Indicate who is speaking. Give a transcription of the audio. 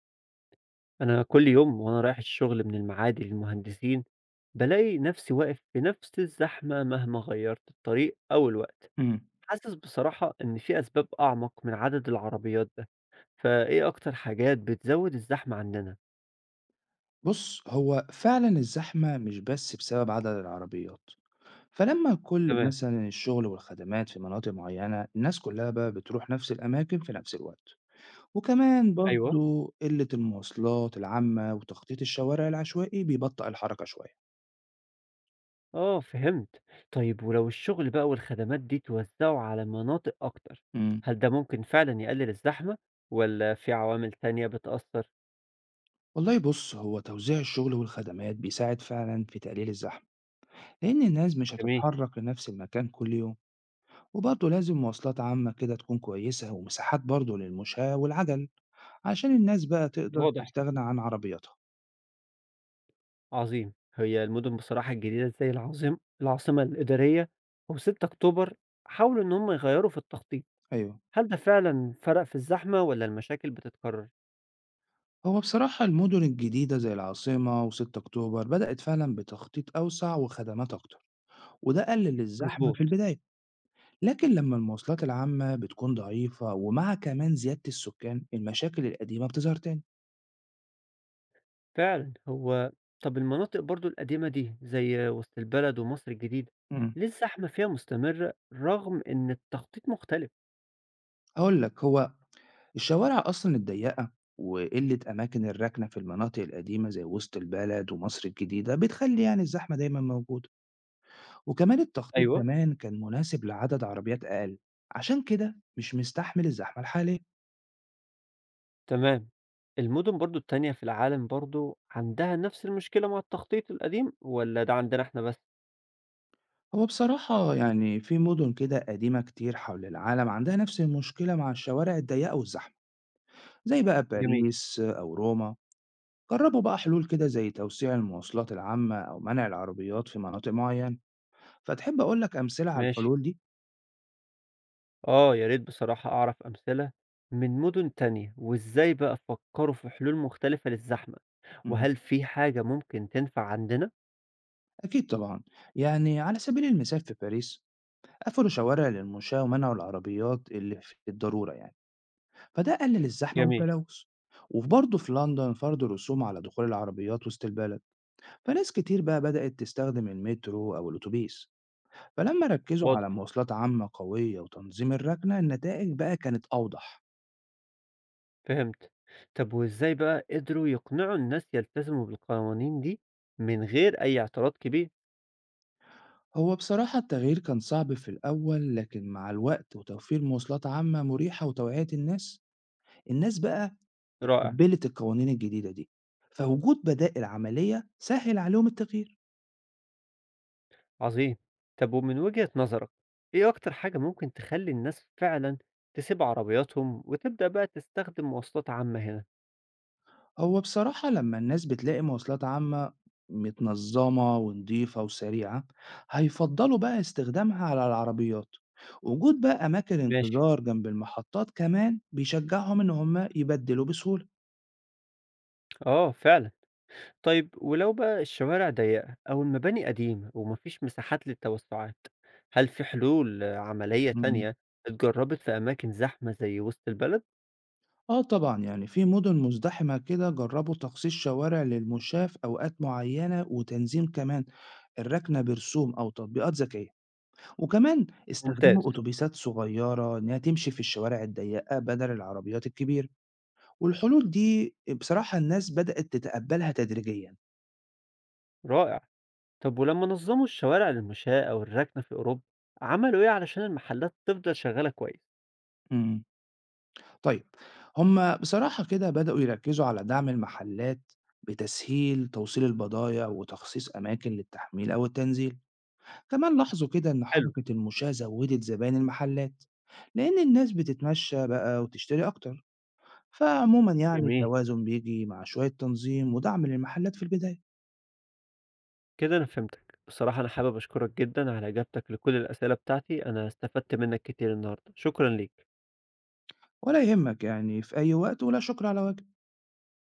Speaker 1: أنا كل يوم وأنا رايح الشغل من المعادي للمهندسين، بلاقي نفسي واقف في نفس الزحمة مهما غيرت الطريق أو الوقت.
Speaker 2: إمم.
Speaker 1: حاسس بصراحة إن في أسباب أعمق من عدد العربيات ده، فإيه أكتر حاجات بتزود الزحمة عندنا؟
Speaker 2: بُص، هو فعلًا الزحمة مش بس بسبب عدد العربيات، فلمّا كل
Speaker 1: تمام.
Speaker 2: مثلًا الشغل والخدمات في مناطق معيّنة، الناس كلّها بقى بتروح نفس الأماكن في نفس الوقت، وكمان
Speaker 1: أيوه.
Speaker 2: برضه قِلّة المواصلات العامة وتخطيط الشوارع العشوائي بيبطّئ الحركة شوية.
Speaker 1: آه فهمت. طيب ولو الشغل بقى والخدمات دي توزعوا على مناطق أكتر،
Speaker 2: إمم.
Speaker 1: هل ده ممكن فعلا يقلل الزحمة ولا في عوامل تانية بتأثر؟
Speaker 2: والله بُص، هو توزيع الشغل والخدمات بيساعد فعلًا في تقليل الزحمة، لإن الناس مش
Speaker 1: جميل.
Speaker 2: هتتحرك لنفس المكان كل يوم. وبرضه لازم مواصلات عامة كده تكون كويسة ومساحات برضه للمشاة والعجل عشان الناس بقى تقدر
Speaker 1: واضح.
Speaker 2: تستغنى عن عربياتها.
Speaker 1: عظيم. هي المدن بصراحة الجديدة زي العاصمة الإدارية و6 أكتوبر، حاولوا إن هم يغيّروا في التخطيط.
Speaker 2: أيوه،
Speaker 1: هل ده فعلًا فرق في الزحمة والّا المشاكل بتتكرر؟
Speaker 2: هو بصراحة المدن الجديدة زي العاصمة وستة أكتوبر بدأت فعلا بتخطيط أوسع وخدمات أكتر، وده قلل الزحمة
Speaker 1: مضبوط.
Speaker 2: في البداية. لكن لما المواصلات العامة بتكون ضعيفة ومع كمان زيادة السكان المشاكل القديمة بتظهر تاني.
Speaker 1: فعلًا. هو طب المناطق برضه القديمة دي زي وسط البلد ومصر الجديدة،
Speaker 2: مم.
Speaker 1: ليه الزحمة فيها مستمرة رغم إن التخطيط مختلف؟
Speaker 2: هقول لك، هو الشوارع أصلا الضيقة وقلة أماكن الركنة في المناطق القديمة زي وسط البلد ومصر الجديدة بتخلي يعني الزحمة دايما موجودة، وكمان التخطيط
Speaker 1: أيوه،
Speaker 2: زمان كان مناسب لعدد عربيات أقل، عشان كده مش مستحمل الزحمة الحالية.
Speaker 1: تمام. المدن برضه التانية في العالم برضه عندها نفس المشكلة مع التخطيط القديم والّا ده عندنا إحنا بس؟
Speaker 2: هو بصراحة يعني في مدن كده قديمة كتير حول العالم عندها نفس المشكلة مع الشوارع الضيقة والزحمة، زي بقى
Speaker 1: جميل،
Speaker 2: باريس أو روما. جربوا بقى حلول كده زي توسيع المواصلات العامة أو منع العربيات في مناطق معينة. فتحب أقول لك أمثلة على
Speaker 1: ماشي.
Speaker 2: الحلول دي؟
Speaker 1: آه، يا ريت بصراحة أعرف أمثلة من مدن تانية، وإزاي بقى فكروا في حلول مختلفة للزحمة،
Speaker 2: مم.
Speaker 1: وهل في حاجة ممكن تنفع عندنا؟
Speaker 2: أكيد طبعا. يعني على سبيل المثال في باريس قفلوا شوارع للمشاة ومنعوا العربيات اللي في الضرورة يعني، فده قلل الزحمة
Speaker 1: جميل.
Speaker 2: والتلوث. وبرضه في لندن فرضوا رسوم على دخول العربيات وسط البلد، فناس كتير بقى بدأت تستخدم المترو أو الأتوبيس. فلما ركزوا
Speaker 1: واضح،
Speaker 2: على مواصلات عامة قوية وتنظيم الركنة النتائج بقى كانت أوضح.
Speaker 1: فهمت. طب وإزاي بقى قدروا يقنعوا الناس يلتزموا بالقوانين دي من غير أي اعتراض كبير؟
Speaker 2: هو بصراحة التغيير كان صعب في الأول، لكن مع الوقت وتوفير مواصلات عامة مريحة وتوعية الناس، الناس بقى
Speaker 1: رائع.
Speaker 2: اتقبّلت القوانين الجديدة دي، فوجود بدائل عملية سهِّل عليهم التغيير.
Speaker 1: عظيم. طب ومن وجهة نظرك، إيه أكتر حاجة ممكن تخلي الناس فعلا تسيب عربياتهم وتبدأ بقى تستخدم مواصلات عامة هنا؟
Speaker 2: هو بصراحة لمّا الناس بتلاقي مواصلات عامة متنظّمة ونضيفة وسريعة، هيفضّلوا بقى استخدامها على العربيات. وجود بقى أماكن
Speaker 1: ماشي.
Speaker 2: انتظار جنب المحطات كمان بيشجّعهم إن هم يبدّلوا بسهولة.
Speaker 1: آه فعلا. طيب ولو بقى الشوارع ضيقة أو المباني قديمة ومفيش مساحات للتوسعات، هل في حلول عملية
Speaker 2: إمم.
Speaker 1: تانية اتجربت في أماكن زحمة زي وسط البلد؟
Speaker 2: آه طبعًا، يعني في مدن مزدحمة كده جرّبوا تخصيص شوارع للمشاة في أوقات معيّنة وتنظيم كمان الركنة برسوم أو تطبيقات ذكية، وكمان
Speaker 1: ممتاز.
Speaker 2: استخدموا أتوبيسات صغيرة إنها تمشي في الشوارع الضيّقة بدل العربيات الكبيرة، والحلول دي بصراحة الناس بدأت تتقبّلها تدريجيًا.
Speaker 1: رائع، طب ولما نظموا الشوارع للمشاة أو الركنة في أوروبا، عملوا إيه علشان المحلات تفضل شغالة كويس؟
Speaker 2: إمم. طيب، هم بصراحة كده بدأوا يركّزوا على دعم المحلات بتسهيل توصيل البضايع وتخصيص أماكن للتحميل أو التنزيل. كمان لاحظوا كده إن
Speaker 1: حلو.
Speaker 2: حركة المشاة زودت زباين المحلات لأن الناس بتتمشى بقى وتشتري أكتر. فعموما يعني
Speaker 1: جميل،
Speaker 2: التوازن بيجي مع شوية تنظيم ودعم للمحلات في البداية.
Speaker 1: كده أنا فهمتك. بصراحة أنا حابب أشكرك جدا على إجابتك لكل الأسئلة بتاعتي، أنا استفدت منك كتير النهاردة، شكرا ليك.
Speaker 2: ولا يهمك، يعني في أي وقت، ولا شكر على واجب.